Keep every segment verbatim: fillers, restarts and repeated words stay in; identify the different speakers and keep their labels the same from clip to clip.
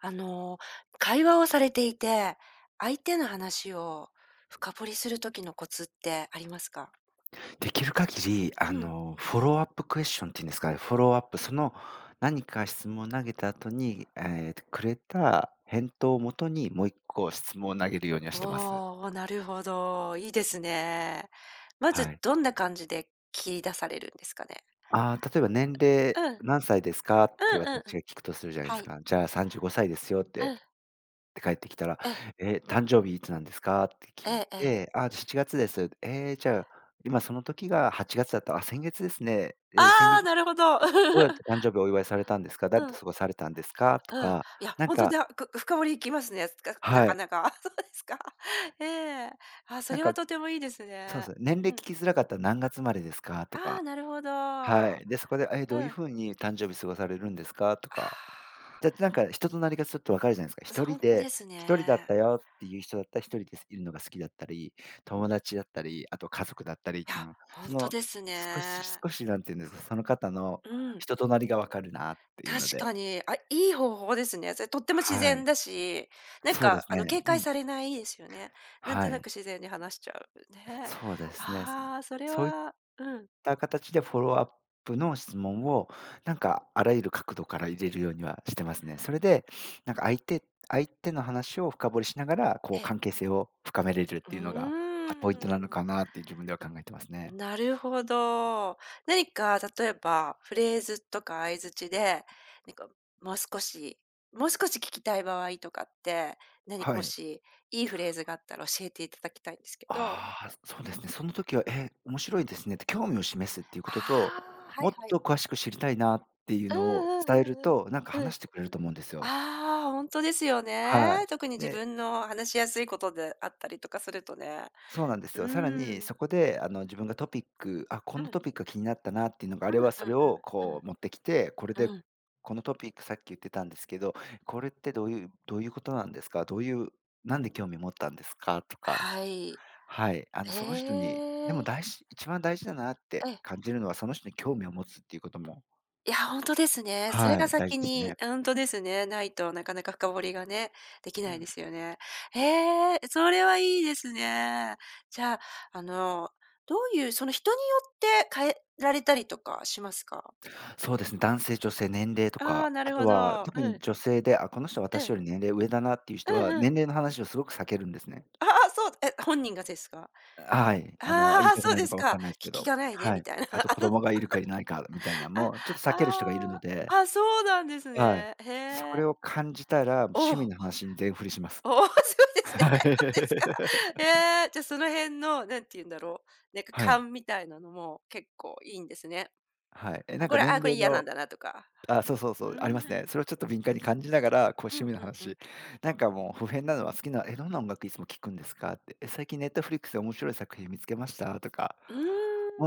Speaker 1: あの、会話をされていて、相手の話を深掘りする時のコツってありますか？
Speaker 2: できる限り、あ
Speaker 1: うん。
Speaker 2: の、フォローアップクエスチョンっていうんですかね、フォローアップ、その何か質問を投げた後に、えーくれた返答をもとに、もういっこ質問を投げるようにはしてます。
Speaker 1: おお、なるほど、いいですね。ま
Speaker 2: は
Speaker 1: ず
Speaker 2: い。
Speaker 1: どんな感じで切り出されるんですかね？
Speaker 2: ああ、例えば「年齢
Speaker 1: うん。うん
Speaker 2: 何歳ですか？」って
Speaker 1: う
Speaker 2: 私
Speaker 1: んうん。
Speaker 2: が聞くとするじゃないで
Speaker 1: は
Speaker 2: す
Speaker 1: い。
Speaker 2: か。じゃあ「さんじゅうごさいですよ」って
Speaker 1: うん。
Speaker 2: って返ってきたら、
Speaker 1: ええ。
Speaker 2: 「え、誕生日いつなんですか？」って
Speaker 1: え
Speaker 2: 聞い
Speaker 1: えええ。
Speaker 2: て、「あー、しちがつです」「ええ、じゃあ、今その時がはちがつだった。あ、先月ですね。ええ、先
Speaker 1: ああ、
Speaker 2: 月」
Speaker 1: なるほど。
Speaker 2: どうやって誕 生日お祝いされたんですか？
Speaker 1: う
Speaker 2: 誰と
Speaker 1: ん、
Speaker 2: 過ごされたんですか？と
Speaker 1: うん。
Speaker 2: か、
Speaker 1: いや、
Speaker 2: なん
Speaker 1: 本当
Speaker 2: か
Speaker 1: だ、く深掘りいきますね、かな
Speaker 2: は
Speaker 1: か
Speaker 2: い、
Speaker 1: なか。そうですか。ええ。あ、そ
Speaker 2: なん
Speaker 1: れ
Speaker 2: か、
Speaker 1: はとてもいいです
Speaker 2: そうで
Speaker 1: ね。
Speaker 2: すね、年齢
Speaker 1: う
Speaker 2: 聞
Speaker 1: ん。
Speaker 2: きづらかったら何月生まれですか？と
Speaker 1: ああ、
Speaker 2: か、
Speaker 1: なるほ
Speaker 2: は
Speaker 1: ど。
Speaker 2: い。で、そこで、え、どうい
Speaker 1: う
Speaker 2: う
Speaker 1: ん。
Speaker 2: 風に誕生日過ごされるんですか？とか。
Speaker 1: あ
Speaker 2: だってなんか人となりがちょっと分かるじゃないですか。
Speaker 1: あ、
Speaker 2: 一
Speaker 1: ほ
Speaker 2: 人
Speaker 1: んとで
Speaker 2: で
Speaker 1: す
Speaker 2: 一人だっ
Speaker 1: ね。
Speaker 2: たよっていう人だったらひとりでいるのが好きだったり、友達だったり、あと家族だったりっ
Speaker 1: い
Speaker 2: ていう
Speaker 1: や、
Speaker 2: の、
Speaker 1: ほん
Speaker 2: そ
Speaker 1: と
Speaker 2: の
Speaker 1: です
Speaker 2: 少し
Speaker 1: ね。
Speaker 2: 少し何て言うんですか、その方の
Speaker 1: うん、
Speaker 2: 人となりが分かるなっていう
Speaker 1: 確
Speaker 2: ので、
Speaker 1: かに。あ、いい方法ですね。それとっても自
Speaker 2: は
Speaker 1: 然
Speaker 2: い。
Speaker 1: だし、なん
Speaker 2: そうです
Speaker 1: かあの
Speaker 2: ね。
Speaker 1: 警
Speaker 2: う
Speaker 1: 戒
Speaker 2: ん。
Speaker 1: されないですよね。なんと
Speaker 2: は
Speaker 1: なく
Speaker 2: い。
Speaker 1: 自然に話しちゃうね。
Speaker 2: そうですね。
Speaker 1: ああ、それ
Speaker 2: そういっ
Speaker 1: はうん。
Speaker 2: た形でフォローアップの質問を、なんかあらゆる角度から入れるようにはしてますね。それで、なんか相手相手の話を深掘りしながら、こう
Speaker 1: ええ。
Speaker 2: 関係性を深めれるっ
Speaker 1: う
Speaker 2: ていうのが、
Speaker 1: ー
Speaker 2: ポイント
Speaker 1: ん。
Speaker 2: なのかなって自分では考えてますね。
Speaker 1: なるほど。何か例えば、フレーズとか相槌で、なんかもう少しもう少し聞きたい場合とかって、何か
Speaker 2: は
Speaker 1: も
Speaker 2: い。
Speaker 1: しいいフレーズがあったら教えていただきたいんですけど。
Speaker 2: ああ、そうですね。その時は、え、面白いですねって興味を示すっていうこ
Speaker 1: あ
Speaker 2: とと、
Speaker 1: あ、はい
Speaker 2: もっ
Speaker 1: はい。
Speaker 2: と詳しく知りたいなっていう
Speaker 1: う
Speaker 2: のを
Speaker 1: んう
Speaker 2: 伝える
Speaker 1: んうんうん。
Speaker 2: と、なんか
Speaker 1: うん。
Speaker 2: 話してくれると思うんですよ。
Speaker 1: ああ、ほんとですよ
Speaker 2: は
Speaker 1: ね。特に
Speaker 2: い。
Speaker 1: 自
Speaker 2: で、
Speaker 1: 分の話しやすいことであったりとかするとね。
Speaker 2: そうなんです
Speaker 1: う
Speaker 2: よ。さら
Speaker 1: ー
Speaker 2: に
Speaker 1: ん。
Speaker 2: そこで、あの、自分がトピック、あ、こ
Speaker 1: う
Speaker 2: の
Speaker 1: ん。
Speaker 2: トピックが気になったなっていうのがあ
Speaker 1: う
Speaker 2: れ
Speaker 1: んうん
Speaker 2: ば、
Speaker 1: う
Speaker 2: そ
Speaker 1: ん
Speaker 2: れを
Speaker 1: う
Speaker 2: こう持って
Speaker 1: ん
Speaker 2: きて、これ
Speaker 1: う
Speaker 2: で、
Speaker 1: ん。うん。
Speaker 2: このトピックさっき言ってたんですけど、これってどういうどういうことなんですか？どういう、なんで興味持ったんですか？とか、
Speaker 1: はい。
Speaker 2: はい、あ
Speaker 1: え
Speaker 2: の、その人に、でも
Speaker 1: え。
Speaker 2: 大事一番大事だなっ
Speaker 1: え
Speaker 2: て
Speaker 1: え。
Speaker 2: 感じるのは、その人に興味を持つっていうことも、
Speaker 1: いや、ほんとですね。それ
Speaker 2: は
Speaker 1: が
Speaker 2: い、大事
Speaker 1: 先
Speaker 2: です
Speaker 1: に
Speaker 2: ね。
Speaker 1: ほんとですね。ないとなかなか深掘りがね、でき
Speaker 2: う
Speaker 1: ない
Speaker 2: ん。
Speaker 1: ですよね。へえ、それはいいですね。じゃあ、あの、どういうその人によって変えられたりとかしますか？
Speaker 2: そうですね、男性、女性、年齢と
Speaker 1: ああ、
Speaker 2: か、
Speaker 1: な
Speaker 2: あ
Speaker 1: る
Speaker 2: と
Speaker 1: ほ
Speaker 2: は
Speaker 1: ど。
Speaker 2: 特
Speaker 1: う
Speaker 2: に
Speaker 1: ん、
Speaker 2: 女性で、あ、この人
Speaker 1: う
Speaker 2: 私
Speaker 1: ん、
Speaker 2: より年齢上だなっていう
Speaker 1: う
Speaker 2: 人
Speaker 1: ん
Speaker 2: は、
Speaker 1: うん。
Speaker 2: 年齢の話をすごく避けるんですね。
Speaker 1: ああ、そう、え、本人がですか？
Speaker 2: はい。あの、言
Speaker 1: あ
Speaker 2: い
Speaker 1: あ、
Speaker 2: たく
Speaker 1: そう
Speaker 2: ない
Speaker 1: で
Speaker 2: の
Speaker 1: す
Speaker 2: か分
Speaker 1: か。
Speaker 2: かんないです
Speaker 1: 気
Speaker 2: け
Speaker 1: 気
Speaker 2: ど、
Speaker 1: がないね
Speaker 2: は
Speaker 1: み
Speaker 2: い。
Speaker 1: たいな。
Speaker 2: あと
Speaker 1: あ
Speaker 2: 子
Speaker 1: の、
Speaker 2: 供がいるかいないかみたいなん
Speaker 1: あ、
Speaker 2: も、ちょっと避ける人がいるの
Speaker 1: あ
Speaker 2: で、
Speaker 1: あ、あ、そうなんです
Speaker 2: はい。
Speaker 1: ね。へ
Speaker 2: それを
Speaker 1: え。
Speaker 2: 感じたら、
Speaker 1: お
Speaker 2: 趣
Speaker 1: お。
Speaker 2: 味の話に全振りしま す。
Speaker 1: おお、そうですね。
Speaker 2: はい。
Speaker 1: そうですか。ええ、じゃ、その辺の、何て言うんだろう、なんか
Speaker 2: はい。
Speaker 1: 勘みたいなのも結構いいんですね。
Speaker 2: はいえ、
Speaker 1: あ、
Speaker 2: なん
Speaker 1: こ
Speaker 2: か
Speaker 1: れ、あ、
Speaker 2: 年
Speaker 1: これ
Speaker 2: 齢
Speaker 1: 嫌なん
Speaker 2: の
Speaker 1: だなとか。
Speaker 2: あ、そうそう
Speaker 1: う
Speaker 2: そう、あります
Speaker 1: ーん、
Speaker 2: ね。それをちょっと敏感に感じながら、こう
Speaker 1: うん
Speaker 2: 趣味の
Speaker 1: うんうん。
Speaker 2: 話、なんかもう不変なのは好きな、え、どんな音楽いつも聴くんですかって、え、最近ネットフリックスで面白い作品見つけましたとか、
Speaker 1: うー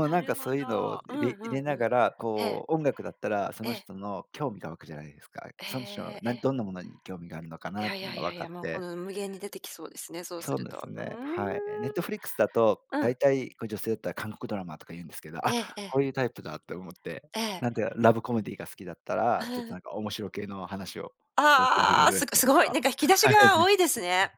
Speaker 1: ん、
Speaker 2: う
Speaker 1: な
Speaker 2: なん
Speaker 1: る
Speaker 2: かそ
Speaker 1: ほ
Speaker 2: ういうのを
Speaker 1: ど。う
Speaker 2: 入
Speaker 1: ん
Speaker 2: れ入
Speaker 1: う
Speaker 2: れ
Speaker 1: ん
Speaker 2: な
Speaker 1: うん。
Speaker 2: がら、
Speaker 1: ええ、
Speaker 2: こう音楽だったらそ
Speaker 1: え
Speaker 2: の
Speaker 1: え、
Speaker 2: 人の興味が湧くじゃないですか。
Speaker 1: え
Speaker 2: その人の
Speaker 1: え、え
Speaker 2: な
Speaker 1: え。
Speaker 2: どんなものに興味があるのか
Speaker 1: い
Speaker 2: なっ
Speaker 1: やい
Speaker 2: ていう
Speaker 1: やい
Speaker 2: のが
Speaker 1: や
Speaker 2: 分
Speaker 1: い
Speaker 2: か
Speaker 1: や、
Speaker 2: っ
Speaker 1: もうこ
Speaker 2: て、
Speaker 1: の無限に出てきそうですね、そうす
Speaker 2: そう
Speaker 1: る
Speaker 2: で
Speaker 1: と。う
Speaker 2: すね、はい。ネットフリックスだと、
Speaker 1: ーん。うん。
Speaker 2: 大体こう女性だったら韓国ドラマとか言うんですけど、
Speaker 1: え
Speaker 2: あ、
Speaker 1: えええ、
Speaker 2: こういうタイプだって思って、
Speaker 1: え
Speaker 2: なんて
Speaker 1: え。
Speaker 2: いうか、ラブコメディが好きだった
Speaker 1: う
Speaker 2: ら、ちょっと
Speaker 1: ん。
Speaker 2: なんか面白系の話をこう繰り
Speaker 1: あ
Speaker 2: 広
Speaker 1: あ、
Speaker 2: げら
Speaker 1: す
Speaker 2: れ
Speaker 1: ご
Speaker 2: た
Speaker 1: す
Speaker 2: りと
Speaker 1: ごい、な
Speaker 2: か、
Speaker 1: んか引き 出し
Speaker 2: は
Speaker 1: が多
Speaker 2: い、
Speaker 1: いですね。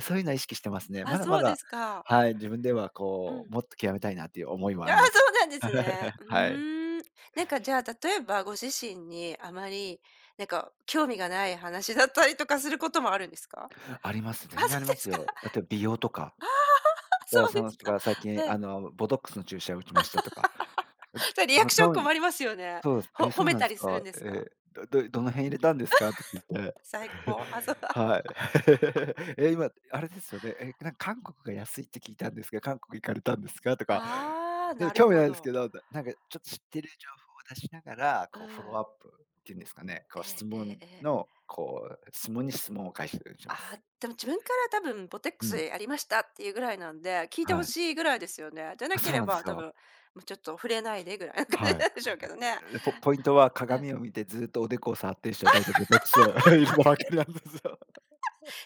Speaker 2: そういうのは意識してますね。
Speaker 1: あ、
Speaker 2: まだま
Speaker 1: そうで
Speaker 2: だ、
Speaker 1: すか。
Speaker 2: はい、自分では
Speaker 1: う
Speaker 2: こ
Speaker 1: ん。
Speaker 2: う、もっと極めたいなっていう思いも
Speaker 1: あ
Speaker 2: あ
Speaker 1: あ、
Speaker 2: りま
Speaker 1: そ
Speaker 2: す。
Speaker 1: うなんですね。う
Speaker 2: はい。
Speaker 1: ーん。なんかじゃあ、例えばご自身にあまり、なんか興味がない話だったりとかすることもあるんですか？
Speaker 2: あります、
Speaker 1: あ、
Speaker 2: 全
Speaker 1: そ
Speaker 2: 然あり
Speaker 1: う
Speaker 2: ま
Speaker 1: で
Speaker 2: す
Speaker 1: すか。
Speaker 2: よ。例えば美容とか、だか
Speaker 1: そ
Speaker 2: ら
Speaker 1: うで
Speaker 2: その
Speaker 1: す
Speaker 2: 人
Speaker 1: か。
Speaker 2: が最 近
Speaker 1: え
Speaker 2: あ
Speaker 1: え。
Speaker 2: のボトックスの注射を打ちましたとか。
Speaker 1: それリアクション困りますよね。
Speaker 2: そうです。
Speaker 1: ほ
Speaker 2: え、
Speaker 1: 褒
Speaker 2: そう
Speaker 1: め
Speaker 2: なん
Speaker 1: た
Speaker 2: です
Speaker 1: りする
Speaker 2: か。
Speaker 1: んですか？
Speaker 2: え、どどどの辺入れたんですかって聞いて。
Speaker 1: 最高。あ、そう だ。
Speaker 2: はい。え、今あれですよね、え、なんか韓国が安いって聞いたんですが、韓国行かれたんですかとか、
Speaker 1: あああ、
Speaker 2: なん
Speaker 1: な
Speaker 2: か
Speaker 1: る
Speaker 2: 興味
Speaker 1: ほ
Speaker 2: ないです
Speaker 1: ど。
Speaker 2: けど、なんかちょっと知ってる情報を出しながら、
Speaker 1: う
Speaker 2: こうフォロー
Speaker 1: ん。
Speaker 2: アップっていうんですかね、
Speaker 1: え
Speaker 2: こう質
Speaker 1: えええ
Speaker 2: 問
Speaker 1: ええ。
Speaker 2: の、こう質問に質問を返してし
Speaker 1: あ
Speaker 2: ま
Speaker 1: ー
Speaker 2: す。
Speaker 1: でも自分から多分ボテック
Speaker 2: う
Speaker 1: ス
Speaker 2: ん。
Speaker 1: やりましたっていうぐらいなんで、聞いてほ
Speaker 2: はい。
Speaker 1: しいぐらいですよね。じゃな
Speaker 2: あ、
Speaker 1: け
Speaker 2: そう
Speaker 1: れ
Speaker 2: なんで
Speaker 1: ば
Speaker 2: す
Speaker 1: 多
Speaker 2: よ。
Speaker 1: 分、もうちょっと触れないでぐらいな感
Speaker 2: は
Speaker 1: じ
Speaker 2: い。
Speaker 1: なんでしょうけどね。
Speaker 2: で、ポポイントは
Speaker 1: うん。
Speaker 2: 鏡を見てずっとおでこを触ってる人は大体めトックスを 入いるわけなんですよ。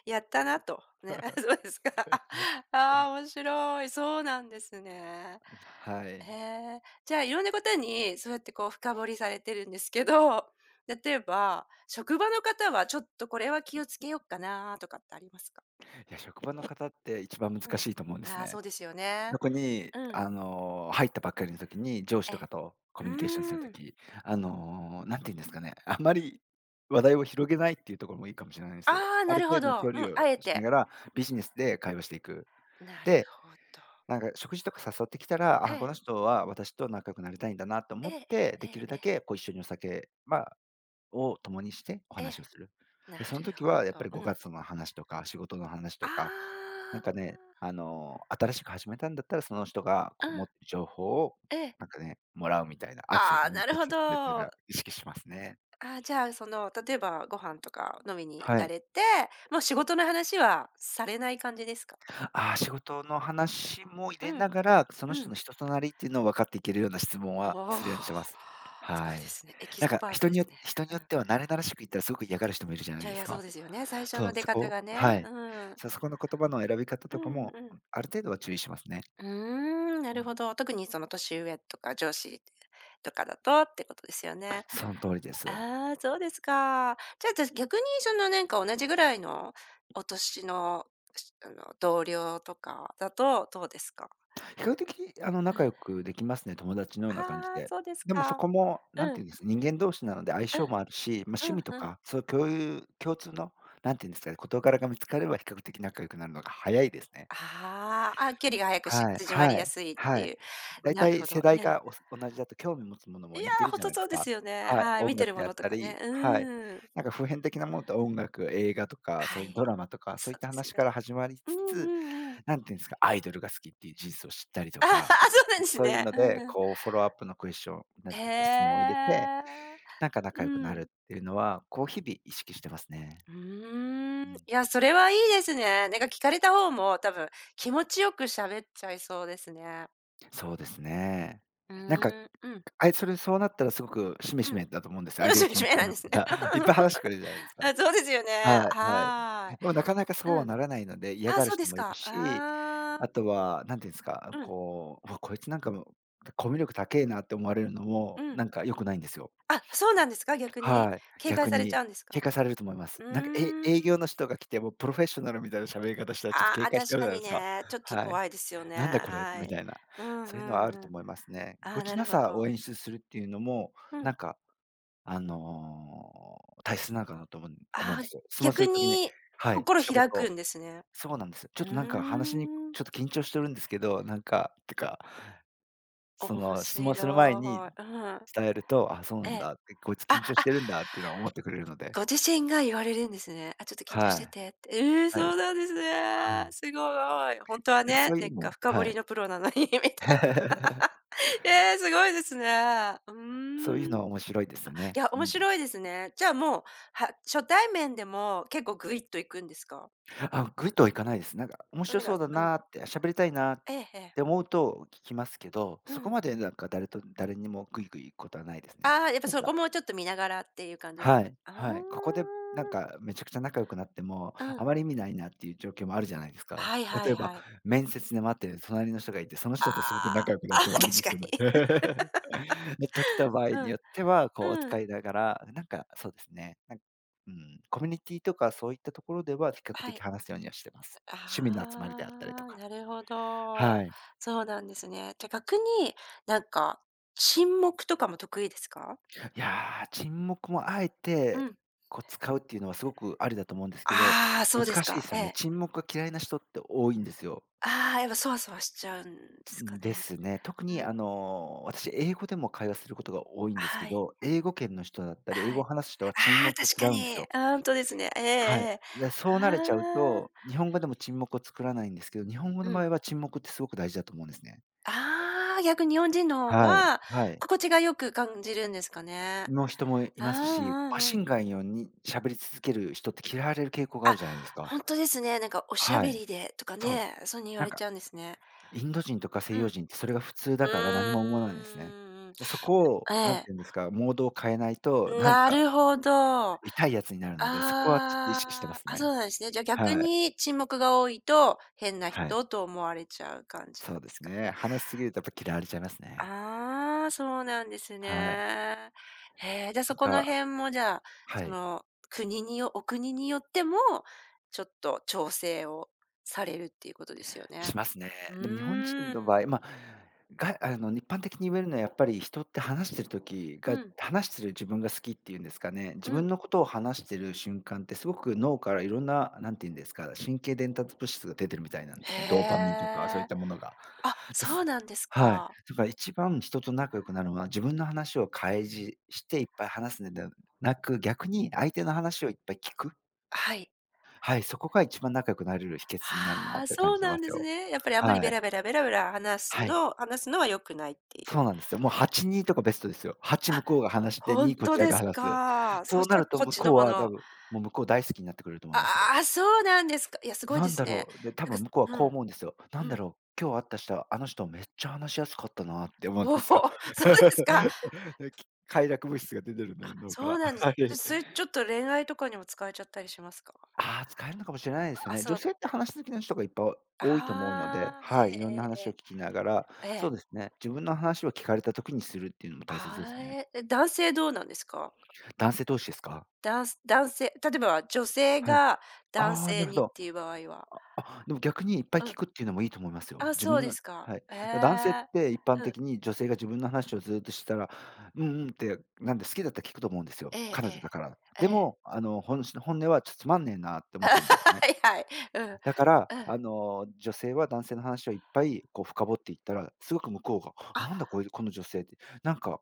Speaker 1: やったなと。ね、そうですか。ああ、面白い。そうなんですね。
Speaker 2: はい。
Speaker 1: へえ。じゃあ、いろんなことにそうやってこう深掘りされてるんですけど、例えば、職場の方はちょっとこれは気をつけようかなとかってありますか？
Speaker 2: いや、職場の方って一番
Speaker 1: う
Speaker 2: 難
Speaker 1: ん。
Speaker 2: しいと思うんです
Speaker 1: ああ、そ
Speaker 2: ね。
Speaker 1: うですよね。
Speaker 2: 特に、
Speaker 1: うん。
Speaker 2: あの、入ったばっかりの時に、上司と
Speaker 1: え、
Speaker 2: かとコ
Speaker 1: う
Speaker 2: ミュニケーションする
Speaker 1: ーん。
Speaker 2: 時、あの、なんて言うんですかね、あまり話題を広げないっていうところもいいかもしれないんで
Speaker 1: あ
Speaker 2: すよ。
Speaker 1: あ、
Speaker 2: あ
Speaker 1: な
Speaker 2: る
Speaker 1: るほ
Speaker 2: 程度の距
Speaker 1: ど。うん、
Speaker 2: 離を
Speaker 1: あえ
Speaker 2: しなが
Speaker 1: て。
Speaker 2: ら、ビジネスで会話していく。
Speaker 1: なる
Speaker 2: で、
Speaker 1: ほど。
Speaker 2: なんか食事とか誘ってきたら、
Speaker 1: え
Speaker 2: あ、こ
Speaker 1: え。
Speaker 2: の人は私と仲良くなりたいんだなと
Speaker 1: え
Speaker 2: 思っ
Speaker 1: ええ
Speaker 2: て、
Speaker 1: ええ
Speaker 2: でき
Speaker 1: え
Speaker 2: る
Speaker 1: え
Speaker 2: だ
Speaker 1: え。
Speaker 2: けこう一緒にお酒、まあ、を共にしてお
Speaker 1: ええ。
Speaker 2: 話をする。
Speaker 1: な
Speaker 2: で、その
Speaker 1: る
Speaker 2: 時
Speaker 1: ほ
Speaker 2: はやっぱ
Speaker 1: ど。
Speaker 2: り
Speaker 1: う
Speaker 2: 5
Speaker 1: ん。
Speaker 2: 月の話とか、仕事の話
Speaker 1: あ
Speaker 2: とかな
Speaker 1: あ。
Speaker 2: んかね、あの、新しく始めたんだったら、その人が
Speaker 1: う
Speaker 2: こう持っ
Speaker 1: ん、
Speaker 2: てる情報を、
Speaker 1: ええ。
Speaker 2: なんかね、もらうみたいな、アクセス
Speaker 1: ああ、
Speaker 2: に
Speaker 1: なる
Speaker 2: アク
Speaker 1: ほ
Speaker 2: セスするっていうの
Speaker 1: ど。
Speaker 2: は意識しますね。
Speaker 1: あーじゃあ、その、例えばご飯とか飲みに行
Speaker 2: は
Speaker 1: か
Speaker 2: い。
Speaker 1: れて、もう仕事の話はされない感じですか？
Speaker 2: ああ、仕事の話も入
Speaker 1: う
Speaker 2: れ
Speaker 1: ん、
Speaker 2: ながら、その
Speaker 1: う
Speaker 2: 人
Speaker 1: ん。
Speaker 2: の人となりっていうのを分かっていけるような質問
Speaker 1: お
Speaker 2: は
Speaker 1: お、
Speaker 2: するようにしてます。
Speaker 1: すご
Speaker 2: は
Speaker 1: いで
Speaker 2: い。
Speaker 1: すね。エキ
Speaker 2: な
Speaker 1: ス
Speaker 2: んか
Speaker 1: パート
Speaker 2: 人
Speaker 1: で
Speaker 2: によ
Speaker 1: すね。
Speaker 2: 人に
Speaker 1: う
Speaker 2: よっ
Speaker 1: ん。
Speaker 2: ては慣れ慣らしく言ったらすごく嫌がる人もいるじゃ
Speaker 1: い
Speaker 2: ない
Speaker 1: や
Speaker 2: で
Speaker 1: い
Speaker 2: す
Speaker 1: や、そう
Speaker 2: か。
Speaker 1: ですよね。最初
Speaker 2: そ
Speaker 1: の
Speaker 2: う、
Speaker 1: 出
Speaker 2: そ
Speaker 1: 方
Speaker 2: こ
Speaker 1: がね。
Speaker 2: はい。
Speaker 1: うん。
Speaker 2: そう、そこの言葉の選び方
Speaker 1: う
Speaker 2: とか
Speaker 1: ん
Speaker 2: も、
Speaker 1: うん。
Speaker 2: ある程度は注意しますね。
Speaker 1: うーん、な
Speaker 2: う
Speaker 1: る
Speaker 2: ん。
Speaker 1: ほど。特にその年上とか上司とかだとってことですよね。
Speaker 2: その通りです。
Speaker 1: ああ、そうですか。じゃあ、じゃ、逆にそのなんか同じぐらいのお年の、しあの、同僚とかだとどうですか？
Speaker 2: 比較的、あの、
Speaker 1: う
Speaker 2: 仲
Speaker 1: ん。
Speaker 2: 良くできますね、友達のような感じ
Speaker 1: ああ、
Speaker 2: で。
Speaker 1: そうです
Speaker 2: でもそ
Speaker 1: か。
Speaker 2: こも、なん
Speaker 1: う
Speaker 2: て
Speaker 1: ん、
Speaker 2: いうんです、人間同士なので相
Speaker 1: うん、
Speaker 2: 性もあるし、まあ、趣
Speaker 1: うん
Speaker 2: 味と
Speaker 1: うん。
Speaker 2: か、そういう共有共通の、なんていうんですかね、事柄が見つかれば比較的仲良くなるのが早いですね。
Speaker 1: ああ、あ、距離が早くし
Speaker 2: はい
Speaker 1: 縮まり
Speaker 2: は
Speaker 1: や
Speaker 2: い
Speaker 1: すいって
Speaker 2: は
Speaker 1: い
Speaker 2: い。
Speaker 1: う。
Speaker 2: だい
Speaker 1: な
Speaker 2: た
Speaker 1: る
Speaker 2: い
Speaker 1: ほ
Speaker 2: 世
Speaker 1: ど、
Speaker 2: 代
Speaker 1: ね。
Speaker 2: がおす同じだと興味持つもの
Speaker 1: い
Speaker 2: も
Speaker 1: や、
Speaker 2: 似てる
Speaker 1: ほん
Speaker 2: じゃ
Speaker 1: と
Speaker 2: ないで
Speaker 1: そ
Speaker 2: す
Speaker 1: うです
Speaker 2: か。
Speaker 1: よね。
Speaker 2: はい、
Speaker 1: はい、見
Speaker 2: 音
Speaker 1: て
Speaker 2: 楽
Speaker 1: るも
Speaker 2: であっ
Speaker 1: のと
Speaker 2: た
Speaker 1: かね。
Speaker 2: り、はい。
Speaker 1: うーん。
Speaker 2: なんか普遍的なものと音楽、映画とか、そ
Speaker 1: は
Speaker 2: ういう
Speaker 1: い、
Speaker 2: ドラマとか、そ
Speaker 1: そ
Speaker 2: ういっ
Speaker 1: うで
Speaker 2: た
Speaker 1: す
Speaker 2: 話
Speaker 1: ね。
Speaker 2: から始まり
Speaker 1: うん
Speaker 2: つつ、
Speaker 1: うんうん。
Speaker 2: なんていうんですか、アイドルが好きっていう事実を知ったりと
Speaker 1: ああ、
Speaker 2: か、
Speaker 1: そうなんです
Speaker 2: そういう
Speaker 1: ね。
Speaker 2: の
Speaker 1: うん
Speaker 2: で、
Speaker 1: うん。
Speaker 2: こうフォローアップのクエスチョン、なんていうか質問
Speaker 1: へ
Speaker 2: を入れて、
Speaker 1: え。
Speaker 2: なんか
Speaker 1: う
Speaker 2: 仲良くなる
Speaker 1: ん。
Speaker 2: っていうのは、こう日々意識してますね。
Speaker 1: う
Speaker 2: う
Speaker 1: ーん、い
Speaker 2: ん。
Speaker 1: や、それはいいですね。なんか聞かれた方も多分気持ちよく喋っちゃいそうですね。
Speaker 2: そうですね。
Speaker 1: う
Speaker 2: なんか、
Speaker 1: ーん、うん、うん。
Speaker 2: あいそれそうなったらすごくしめしめ だと思うんです。相
Speaker 1: の
Speaker 2: 手が
Speaker 1: しめ
Speaker 2: 気
Speaker 1: し
Speaker 2: 持ち
Speaker 1: め
Speaker 2: よく
Speaker 1: なん
Speaker 2: なっ
Speaker 1: で
Speaker 2: て
Speaker 1: す
Speaker 2: き
Speaker 1: ね。
Speaker 2: た。いっぱ い話してくれるじゃないですか。
Speaker 1: あ、そうですよね。
Speaker 2: はい、はい。
Speaker 1: は
Speaker 2: でもなかなかそ
Speaker 1: ーい。
Speaker 2: う
Speaker 1: う
Speaker 2: は
Speaker 1: ん。
Speaker 2: ならないので、嫌
Speaker 1: あ、
Speaker 2: がる
Speaker 1: そうで
Speaker 2: 人
Speaker 1: す
Speaker 2: もいる
Speaker 1: か。
Speaker 2: し、
Speaker 1: ああ、
Speaker 2: あとはなんていうんですか、
Speaker 1: うん、
Speaker 2: こう、うわ、こいつなんかもコミュ力高えなって思われるの
Speaker 1: う
Speaker 2: も、
Speaker 1: ん。
Speaker 2: なんか良くないんですよ。
Speaker 1: あ、そうなんですか？逆に。
Speaker 2: はい、
Speaker 1: 警戒
Speaker 2: 逆
Speaker 1: されち
Speaker 2: に
Speaker 1: ゃうんです
Speaker 2: 警
Speaker 1: か？
Speaker 2: 戒されると思います。
Speaker 1: う
Speaker 2: なんか、え
Speaker 1: ー
Speaker 2: 営
Speaker 1: ん。
Speaker 2: 業の人が来て、もうプロフェッショナルみたいな喋り方したらちょっと
Speaker 1: あ
Speaker 2: 警
Speaker 1: あ、
Speaker 2: 戒しち
Speaker 1: 確
Speaker 2: ゃう
Speaker 1: か
Speaker 2: じゃない
Speaker 1: に
Speaker 2: ですか。
Speaker 1: ね、ちょっと
Speaker 2: はい。
Speaker 1: 怖いですよね。
Speaker 2: なんだこれ
Speaker 1: は
Speaker 2: み
Speaker 1: い。
Speaker 2: たいな。
Speaker 1: うん
Speaker 2: そういうの
Speaker 1: う
Speaker 2: はある
Speaker 1: んう
Speaker 2: と
Speaker 1: ん。
Speaker 2: 思いますね。ぎ
Speaker 1: あ
Speaker 2: こ
Speaker 1: あ、な
Speaker 2: ちな
Speaker 1: るほ
Speaker 2: さ
Speaker 1: ど。
Speaker 2: を演出するっていうのも、
Speaker 1: う
Speaker 2: な
Speaker 1: ん。
Speaker 2: んか、あの、大切なのかなと思うん思うん
Speaker 1: あ
Speaker 2: で
Speaker 1: あ、
Speaker 2: すよ。質問す
Speaker 1: 逆
Speaker 2: る時に
Speaker 1: に
Speaker 2: はい、
Speaker 1: 心
Speaker 2: 一言
Speaker 1: 開くんですね。
Speaker 2: そうなんですよ。ちょ
Speaker 1: う
Speaker 2: っとなんか話に
Speaker 1: ーん、
Speaker 2: ちょっと緊張してるんですけど、なんか、てか、そ
Speaker 1: 面
Speaker 2: の質問する前に
Speaker 1: 白い。うん。
Speaker 2: 伝えると、あ、そうな
Speaker 1: え
Speaker 2: ん
Speaker 1: え。
Speaker 2: だって、こいつ
Speaker 1: あ、あ、
Speaker 2: 緊張してるんだっていうのは思ってくれるので。
Speaker 1: ご自身が言われるんですね。あ、ちょっと緊張し
Speaker 2: は
Speaker 1: て
Speaker 2: い。
Speaker 1: てって。ええ、
Speaker 2: は
Speaker 1: そう
Speaker 2: い。
Speaker 1: なんです
Speaker 2: は
Speaker 1: ね。
Speaker 2: い。
Speaker 1: すごい。ほんとは
Speaker 2: なんか
Speaker 1: ね、
Speaker 2: そうい
Speaker 1: なん
Speaker 2: う
Speaker 1: か
Speaker 2: の
Speaker 1: 深掘
Speaker 2: は
Speaker 1: り
Speaker 2: い。
Speaker 1: のプロなのにみたい。ええ、すごいですね。うー
Speaker 2: そういう
Speaker 1: ん。
Speaker 2: の
Speaker 1: い
Speaker 2: は面白いですね。
Speaker 1: や、
Speaker 2: う
Speaker 1: 面
Speaker 2: ん。
Speaker 1: 白いですね。じゃあもう、は初対面でも結構グイッといくんですか？
Speaker 2: あ、ぐいとはいかないです。なんか面
Speaker 1: なん
Speaker 2: 白
Speaker 1: でか
Speaker 2: そうだ
Speaker 1: うん。
Speaker 2: なーって、喋りたいなーっ
Speaker 1: ええええ。
Speaker 2: て思うと聞きますけど、
Speaker 1: う
Speaker 2: そこ
Speaker 1: ん。
Speaker 2: までなんか誰と誰にもグイグイ行くことはないですね。
Speaker 1: ああ、やっぱそこもちょっと見ながらっていう感じです
Speaker 2: は
Speaker 1: か？
Speaker 2: い、
Speaker 1: ああ。
Speaker 2: はい。ここでなんかめちゃくちゃ仲良くなっても、
Speaker 1: うん。
Speaker 2: あまり意味ないなっていう状況もあるじゃないですか。
Speaker 1: はいは
Speaker 2: 例
Speaker 1: い
Speaker 2: えば、
Speaker 1: はい。
Speaker 2: 面接で待ってる隣の人がいて、その
Speaker 1: あ
Speaker 2: 人とすごく仲良くなっ
Speaker 1: あ、あ
Speaker 2: て もあるん
Speaker 1: 確
Speaker 2: で
Speaker 1: か
Speaker 2: すよね。
Speaker 1: に。
Speaker 2: で、時と場合
Speaker 1: う
Speaker 2: に
Speaker 1: ん、
Speaker 2: よっては、こう、お
Speaker 1: うん。
Speaker 2: 使いながら、なんかそうですね、なんかうん、コミュニティとかそういったところでは比較
Speaker 1: は
Speaker 2: 的
Speaker 1: い。
Speaker 2: 話すようにはしてます。趣味の集まりであったりと
Speaker 1: ああ、
Speaker 2: か。
Speaker 1: なるほ
Speaker 2: は
Speaker 1: ど。
Speaker 2: い。
Speaker 1: そうなんですね。じゃ、逆に、なんか、沈黙とかも得意ですか？
Speaker 2: いやー、沈黙もあえ
Speaker 1: う
Speaker 2: て、
Speaker 1: ん。
Speaker 2: こう使うっていうのはすごくありだと思うんですけど、
Speaker 1: ああ、そうです
Speaker 2: 難しいで
Speaker 1: か。
Speaker 2: す
Speaker 1: え
Speaker 2: よね。
Speaker 1: え。
Speaker 2: 沈黙が嫌いな人って多いんですよ。
Speaker 1: ああ、やっぱそわそわしちゃうんですか
Speaker 2: で
Speaker 1: ね。
Speaker 2: すね。特に
Speaker 1: うん。
Speaker 2: あの、私英語でも会話することが多いんです
Speaker 1: は
Speaker 2: け
Speaker 1: い、
Speaker 2: ど、英語圏の人だったり、英
Speaker 1: は
Speaker 2: 語を
Speaker 1: い。
Speaker 2: 話す人は沈
Speaker 1: ああ、
Speaker 2: 黙を
Speaker 1: 確か
Speaker 2: 嫌うんです
Speaker 1: に。
Speaker 2: よ。
Speaker 1: あ、ほんとですね。えええ
Speaker 2: はい。
Speaker 1: え。
Speaker 2: で、そうなれちゃう
Speaker 1: ああ、
Speaker 2: と、日本語でも沈黙を作らないんですけど、日本語
Speaker 1: う
Speaker 2: の場
Speaker 1: ん。
Speaker 2: 合は沈黙ってすごく大事だと思うんですね。
Speaker 1: ああ、逆に日本人の方
Speaker 2: はい、
Speaker 1: は、
Speaker 2: はい。
Speaker 1: 心地がよく感じるんですかね。
Speaker 2: の人もい
Speaker 1: ああ、
Speaker 2: ますし、
Speaker 1: う
Speaker 2: マ
Speaker 1: んう
Speaker 2: シ
Speaker 1: ん。
Speaker 2: ンガンように喋り続ける人って嫌われる傾向があ
Speaker 1: あ、
Speaker 2: るじゃないですか。
Speaker 1: ほんとですね。なんかおしゃ
Speaker 2: は
Speaker 1: べ
Speaker 2: い、
Speaker 1: りでとか
Speaker 2: そう。
Speaker 1: ね、そういうに言わ
Speaker 2: なん
Speaker 1: れち
Speaker 2: か、
Speaker 1: ゃうんですね。
Speaker 2: インド人とか西
Speaker 1: う
Speaker 2: 洋
Speaker 1: ん。
Speaker 2: 人ってそれが普通だから何も思わないんですね。
Speaker 1: うーん。
Speaker 2: そこを、
Speaker 1: え
Speaker 2: なんて
Speaker 1: え。
Speaker 2: いうんですか、モードを変えないと、なん
Speaker 1: な
Speaker 2: か
Speaker 1: るほど。あ
Speaker 2: 痛いやつになるので、そこはちょっと意識してま
Speaker 1: あ、
Speaker 2: す
Speaker 1: あ、そ
Speaker 2: ね。
Speaker 1: うなんですね。じゃあ逆
Speaker 2: はい、
Speaker 1: に沈黙が多いと、変な
Speaker 2: はい。
Speaker 1: 人と思われちゃう感じ
Speaker 2: そ
Speaker 1: な
Speaker 2: う
Speaker 1: ん
Speaker 2: で
Speaker 1: です
Speaker 2: す
Speaker 1: か
Speaker 2: ね。
Speaker 1: ね。
Speaker 2: 話しすぎるとやっぱ嫌われちゃいますね。
Speaker 1: ああ、そうなんです
Speaker 2: はい。
Speaker 1: ね。へえ、じゃ、
Speaker 2: な
Speaker 1: そ
Speaker 2: ん
Speaker 1: この
Speaker 2: か
Speaker 1: 辺もじゃあ、
Speaker 2: は
Speaker 1: そ
Speaker 2: い。
Speaker 1: の、国によお国によっても、ちょっと調整をされるっていうことですよね。
Speaker 2: しますね。
Speaker 1: う
Speaker 2: でも日本人
Speaker 1: ーん。
Speaker 2: の場合、まあ、があの、一般的に言えるのはやっぱり人って話してる時
Speaker 1: う
Speaker 2: が
Speaker 1: ん、
Speaker 2: 話してる自分が好きっていうんですかね、自
Speaker 1: う
Speaker 2: 分
Speaker 1: ん。
Speaker 2: のことを話してる瞬間ってすごく脳からいろんな、なんていうんですか、神経伝達物質が出てるみたいなんですね。ドーパ
Speaker 1: へ
Speaker 2: ミンとかそういっ
Speaker 1: え。
Speaker 2: たものが。
Speaker 1: あ、
Speaker 2: で
Speaker 1: そ
Speaker 2: す。
Speaker 1: うなんです
Speaker 2: はい。
Speaker 1: か。
Speaker 2: だから一番人と仲良くなるのは自分の話を開示していっぱい話すのではなく、逆に相手の話をいっぱい聞く。
Speaker 1: はい。
Speaker 2: はい、そこが一番仲良くなれる秘訣になるな
Speaker 1: あ
Speaker 2: っ
Speaker 1: あ、
Speaker 2: て感
Speaker 1: そう
Speaker 2: じて
Speaker 1: な
Speaker 2: ま
Speaker 1: ん
Speaker 2: す
Speaker 1: です
Speaker 2: よ。
Speaker 1: ね。やっぱりあんまり
Speaker 2: は
Speaker 1: ベ
Speaker 2: い。
Speaker 1: ラベラベラベラ話す
Speaker 2: はい、
Speaker 1: の話すのは良くないっていう。
Speaker 2: そうなんですよ。もうはち、にとかベストですよ。はち
Speaker 1: あ、
Speaker 2: 向こうが話して、
Speaker 1: ほん
Speaker 2: にこち
Speaker 1: と
Speaker 2: ら
Speaker 1: で
Speaker 2: が
Speaker 1: す
Speaker 2: 話す。
Speaker 1: か。そ
Speaker 2: そう
Speaker 1: し
Speaker 2: な
Speaker 1: た
Speaker 2: る
Speaker 1: ら
Speaker 2: と
Speaker 1: こっ
Speaker 2: 向
Speaker 1: ちの
Speaker 2: こう
Speaker 1: も
Speaker 2: は多
Speaker 1: の。
Speaker 2: 分、もう向こう大好きになってくれると思いますよ。
Speaker 1: ああ、そうなんですか。いや、すごいで
Speaker 2: なん
Speaker 1: す
Speaker 2: だ
Speaker 1: ね。
Speaker 2: ろう、で、多
Speaker 1: なんか
Speaker 2: 分向こうは
Speaker 1: う
Speaker 2: こう
Speaker 1: ん、
Speaker 2: 思うんですよ。なん
Speaker 1: う
Speaker 2: だ
Speaker 1: ん。
Speaker 2: ろう、今日会った人はあの人めっちゃ話しやすかったなって思うん
Speaker 1: おお、
Speaker 2: です
Speaker 1: そ
Speaker 2: よ。
Speaker 1: うですか。
Speaker 2: で、き快楽物質が出てる
Speaker 1: あ、
Speaker 2: のよ脳か
Speaker 1: そう
Speaker 2: ら。
Speaker 1: なんです。
Speaker 2: はい。
Speaker 1: じゃ、それちょっと恋愛とかにも使えちゃったりしますか？
Speaker 2: ああ、使えるのかもしれないですよ
Speaker 1: あ、
Speaker 2: ね。
Speaker 1: そ
Speaker 2: 女
Speaker 1: う。
Speaker 2: 性って話好きな人がいっぱい多いと思うので、
Speaker 1: ああ、え
Speaker 2: は
Speaker 1: え
Speaker 2: い、いろんな
Speaker 1: えええ
Speaker 2: 話を聞きながら、
Speaker 1: え。ええ。
Speaker 2: そうですね、自分の話を聞かれた時にするっていうのも大切です
Speaker 1: あ
Speaker 2: ね。
Speaker 1: え、え、男性どうなんですか？
Speaker 2: 男性同士ですか？
Speaker 1: だんす男性例えば女性
Speaker 2: はい。
Speaker 1: が男
Speaker 2: ああ、な
Speaker 1: 性
Speaker 2: るほ
Speaker 1: にっ
Speaker 2: ど。
Speaker 1: ていう場合は
Speaker 2: あ、でも逆にいっぱい
Speaker 1: う
Speaker 2: 聞
Speaker 1: ん。
Speaker 2: くっていうのもいいと思いますよ。
Speaker 1: あ、
Speaker 2: 自
Speaker 1: そう
Speaker 2: 分
Speaker 1: で
Speaker 2: の
Speaker 1: すか。
Speaker 2: はい。
Speaker 1: え
Speaker 2: だ男性っ
Speaker 1: え。
Speaker 2: て一般
Speaker 1: うん。
Speaker 2: 的に女性が自分の話をずっとしてたら、うんうんって、なんで好きだったら聞くと思うんです
Speaker 1: え
Speaker 2: よ。
Speaker 1: え
Speaker 2: 彼
Speaker 1: え
Speaker 2: 女
Speaker 1: え。
Speaker 2: だから。
Speaker 1: え
Speaker 2: で
Speaker 1: え。
Speaker 2: も、あの、本し本音はちょっとつまんねえなって 思ってるんですね。
Speaker 1: はいはい。うん。うん。
Speaker 2: だから、あの、女性は男性の話をいっぱいこう深掘っていったら、すごく向こう
Speaker 1: あ、
Speaker 2: が、なんだこいこの女性って、なんか、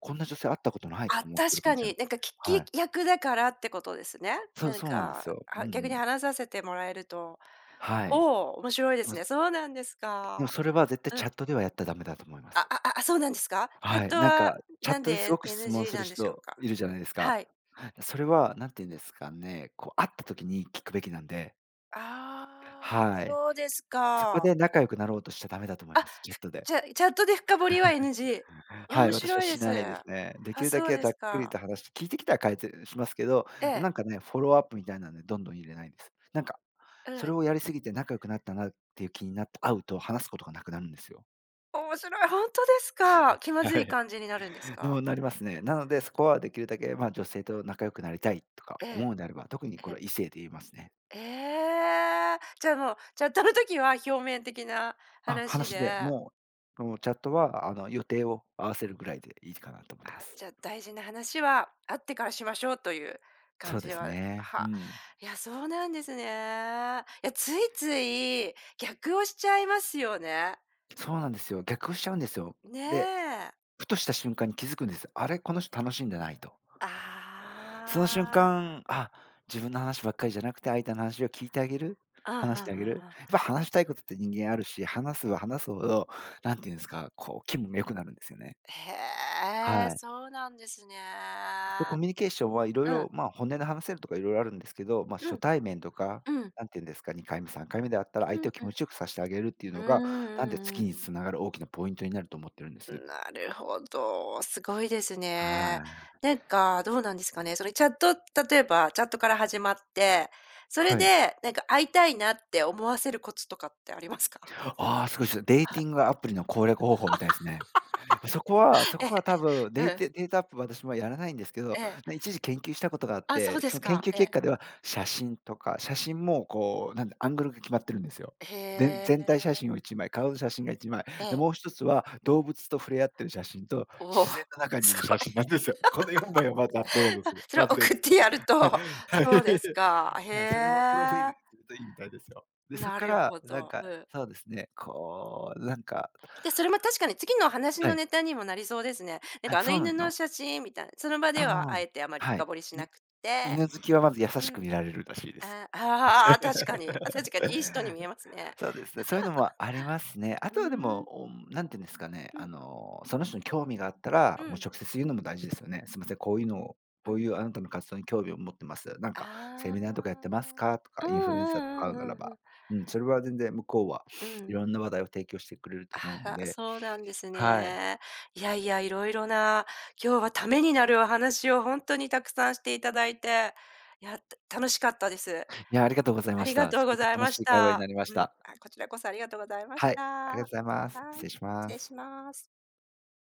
Speaker 2: こんな女性会ったことないと
Speaker 1: あ、
Speaker 2: か思ってく
Speaker 1: 確
Speaker 2: るか
Speaker 1: か
Speaker 2: もしれな
Speaker 1: に、
Speaker 2: い。
Speaker 1: なんか聞
Speaker 2: は
Speaker 1: き
Speaker 2: い。
Speaker 1: 役だからってことですね。
Speaker 2: そう、
Speaker 1: なん
Speaker 2: そうなんで
Speaker 1: か、
Speaker 2: すよ。うん
Speaker 1: は
Speaker 2: う
Speaker 1: 逆に
Speaker 2: ん。
Speaker 1: 話させてもらえると、
Speaker 2: はい。
Speaker 1: おお面白いで
Speaker 2: で
Speaker 1: す
Speaker 2: も
Speaker 1: ね。そうなんです
Speaker 2: でも
Speaker 1: か。
Speaker 2: それは絶対
Speaker 1: う
Speaker 2: チャ
Speaker 1: ん。
Speaker 2: ットではやったらダメだと思いま
Speaker 1: あ
Speaker 2: す。
Speaker 1: ああ、そうなんですか？ちょ
Speaker 2: は
Speaker 1: っと
Speaker 2: い。なん
Speaker 1: は、
Speaker 2: か、チャ
Speaker 1: な
Speaker 2: ッ
Speaker 1: ん
Speaker 2: トです
Speaker 1: で
Speaker 2: ごく質問
Speaker 1: エヌジー
Speaker 2: す
Speaker 1: な
Speaker 2: る
Speaker 1: んでしょう
Speaker 2: 人
Speaker 1: か？
Speaker 2: いるじゃないですか。
Speaker 1: はい。
Speaker 2: それは何て言うんですかね、こう会った時に聞くべきなんで、
Speaker 1: ああ、
Speaker 2: はい。
Speaker 1: そうです
Speaker 2: そこ
Speaker 1: か。
Speaker 2: で仲良くなろうとしちゃダメだと思い
Speaker 1: あ、
Speaker 2: ます、チャットで。
Speaker 1: じゃ、チャットで深掘りは エヌジー。いや、
Speaker 2: は
Speaker 1: 面
Speaker 2: い、私は
Speaker 1: 白いで
Speaker 2: し
Speaker 1: す。
Speaker 2: ないですね。で
Speaker 1: あ、
Speaker 2: きるだ
Speaker 1: そう
Speaker 2: け
Speaker 1: で
Speaker 2: ざっ
Speaker 1: す
Speaker 2: くり
Speaker 1: か。
Speaker 2: と話して、聞いてきたら解説しますけど、
Speaker 1: え
Speaker 2: なん
Speaker 1: え、
Speaker 2: かね、フォローアップみたいなのでどんどん入れないです。なんか、
Speaker 1: う
Speaker 2: それ
Speaker 1: ん。
Speaker 2: をやりすぎて仲良くなったなっていう気になって会うと話すことがなくなるんですよ。
Speaker 1: 面白い、ほんとですか？気まず
Speaker 2: は
Speaker 1: い
Speaker 2: い。
Speaker 1: 感じになるんですか？
Speaker 2: もなりますね。なので、そこはできるだけ、まあ、女性と仲良くなりたいとか
Speaker 1: え
Speaker 2: 思う
Speaker 1: え、
Speaker 2: のであれば、特にこ
Speaker 1: え
Speaker 2: れは
Speaker 1: え、
Speaker 2: 異性で言いますね。
Speaker 1: ええ。じゃあ、もう、チャットの時は表面的な
Speaker 2: あ、
Speaker 1: 話
Speaker 2: 話で
Speaker 1: で、
Speaker 2: もう、もうチャットは、あの、予定を合わせるぐらいでいいかなと思っ
Speaker 1: あ、
Speaker 2: てます。
Speaker 1: じゃ、大事な話は会ってからしましょうという感
Speaker 2: そう
Speaker 1: じ
Speaker 2: で
Speaker 1: で
Speaker 2: す
Speaker 1: は
Speaker 2: ね。う
Speaker 1: は、
Speaker 2: ん。
Speaker 1: いや、そうなんですね。いや、ついつい逆をしちゃいますよね。
Speaker 2: そうなんですよ。逆をしちゃうんですよ。
Speaker 1: ね
Speaker 2: で、
Speaker 1: え。
Speaker 2: ふとした瞬間に気づくんです。あれ、この人楽しんでないと。その瞬
Speaker 1: ああ。
Speaker 2: 間、あ、自分の話ばっかりじゃなくて、相手の話を聞いてあげる。
Speaker 1: うんうんうんう
Speaker 2: 話してあげる。
Speaker 1: ん。
Speaker 2: やっぱ話したいことって人間あるし、話すは話すほど、なんていうんですか、こう、気分が良くなるんですよね。
Speaker 1: へえ、
Speaker 2: はい。
Speaker 1: そうなんですね。
Speaker 2: とコミュニケーションはいろい
Speaker 1: うん、
Speaker 2: ろ、まあ、本音で話せるとかいろいろあるんですけど、まあ、
Speaker 1: う
Speaker 2: 初
Speaker 1: ん、
Speaker 2: 対面とか、
Speaker 1: うん、
Speaker 2: なんていうんですか、にかいめ、さんかいめであったら、相
Speaker 1: うん、
Speaker 2: 手を気
Speaker 1: う
Speaker 2: 持
Speaker 1: ん。
Speaker 2: ちよくさせてあげるっていう
Speaker 1: うー
Speaker 2: の
Speaker 1: んう
Speaker 2: が、なんで
Speaker 1: んうん
Speaker 2: 次に
Speaker 1: うん。
Speaker 2: つながる大きなポイントになると思ってるんです。
Speaker 1: なるほど、すごいですね。
Speaker 2: はい。
Speaker 1: なんかどうなんですかね、それチャット例えばチャットから始まって、それ
Speaker 2: はい。
Speaker 1: でなんか会いたいなって思わせるコツとかってありますか？
Speaker 2: ああ、すごいです。デーティングアプリの攻略方法みたいですね。そこはそ
Speaker 1: ええ、
Speaker 2: こは多分デー
Speaker 1: うん、
Speaker 2: タデータアップは私もやらないんですけど、
Speaker 1: ええ。
Speaker 2: な一時研究したことがあっ
Speaker 1: あ、そう
Speaker 2: て、
Speaker 1: で
Speaker 2: そ
Speaker 1: す
Speaker 2: の研
Speaker 1: か。
Speaker 2: 究
Speaker 1: え
Speaker 2: 結
Speaker 1: え。
Speaker 2: 果では、写真とか、写真もこう、なんでアングルが決まってるんですよ。
Speaker 1: へ
Speaker 2: ぜ全
Speaker 1: え、
Speaker 2: 体写真をいちまい、顔の写真がいちまい、
Speaker 1: え
Speaker 2: で、もう
Speaker 1: え。
Speaker 2: 一つは動物と触れ合ってる写真と、
Speaker 1: おお、
Speaker 2: 自然の中 にい
Speaker 1: す
Speaker 2: る
Speaker 1: ご
Speaker 2: 写真
Speaker 1: い。
Speaker 2: なんですよ。このよんまいをまずアップロードす る、
Speaker 1: それ
Speaker 2: ア
Speaker 1: を
Speaker 2: ップデート
Speaker 1: 送っ
Speaker 2: す
Speaker 1: て
Speaker 2: る。
Speaker 1: や
Speaker 2: はい。
Speaker 1: るとそうです か。
Speaker 2: はい、それを
Speaker 1: へ
Speaker 2: プロフィールに
Speaker 1: え。
Speaker 2: するといいみたいですよ。で、そっ
Speaker 1: な
Speaker 2: か
Speaker 1: る
Speaker 2: ら
Speaker 1: ほ
Speaker 2: なん
Speaker 1: ど。
Speaker 2: か、
Speaker 1: うん。
Speaker 2: そうですね、こう、なんか
Speaker 1: で、それも確かに次の話
Speaker 2: は
Speaker 1: の
Speaker 2: い、
Speaker 1: ネタにもなりそうですね。なん
Speaker 2: あ、
Speaker 1: かあの
Speaker 2: そうなん
Speaker 1: 犬
Speaker 2: です
Speaker 1: の
Speaker 2: よ。
Speaker 1: 写真みたいな、その場
Speaker 2: あ
Speaker 1: ではあ
Speaker 2: あ、
Speaker 1: えてあまり
Speaker 2: はい。
Speaker 1: 深掘りし
Speaker 2: い
Speaker 1: なくて、
Speaker 2: 犬好きはまず優
Speaker 1: う
Speaker 2: しく
Speaker 1: ん。
Speaker 2: 見られるらしいです。
Speaker 1: あああ、確かに。あ、確かにいい人に見え ますね。
Speaker 2: そうですね、そういうのもありますね。あ
Speaker 1: う
Speaker 2: とはで
Speaker 1: ーん。
Speaker 2: も、おなんていうんですかね、
Speaker 1: う
Speaker 2: あ
Speaker 1: ん。
Speaker 2: の、その人に興味があった
Speaker 1: う
Speaker 2: ら、もう
Speaker 1: ん。
Speaker 2: 直接言うのも大事ですよね。すみません、こういうのを
Speaker 1: う
Speaker 2: こ
Speaker 1: ん。
Speaker 2: ういうあなたの活動に興味を持ってます。なんかセ
Speaker 1: あ
Speaker 2: ミナーとかやってますか？とか、
Speaker 1: あ。う
Speaker 2: インフルエンサーと
Speaker 1: ん
Speaker 2: か
Speaker 1: う
Speaker 2: 会
Speaker 1: ん
Speaker 2: うな
Speaker 1: う
Speaker 2: ら
Speaker 1: んうんう
Speaker 2: ば、
Speaker 1: ん。
Speaker 2: うん、それは全然向こうは
Speaker 1: う
Speaker 2: い
Speaker 1: ん。
Speaker 2: ろんな話題を提供してくれると
Speaker 1: あ
Speaker 2: 思うの
Speaker 1: ら、
Speaker 2: で、
Speaker 1: そうなんです
Speaker 2: はい。
Speaker 1: ね。いやいや、いろいろな、今日はためになるお話を本当にたくさんしていただいて、いや、た楽しかったです。
Speaker 2: いや、ありがとうござい
Speaker 1: あ
Speaker 2: まし
Speaker 1: りが
Speaker 2: た。
Speaker 1: とう
Speaker 2: す
Speaker 1: ご
Speaker 2: ごく
Speaker 1: ざい
Speaker 2: 楽
Speaker 1: まし
Speaker 2: しい会話にな
Speaker 1: た。
Speaker 2: りまし
Speaker 1: うん、
Speaker 2: た。
Speaker 1: あ、こちらこそありがとうございまし
Speaker 2: はい、
Speaker 1: た。
Speaker 2: ありが
Speaker 1: は
Speaker 2: とうございます。失
Speaker 1: い、
Speaker 2: 礼し
Speaker 1: 失
Speaker 2: ま
Speaker 1: 礼し
Speaker 2: す。
Speaker 1: ます。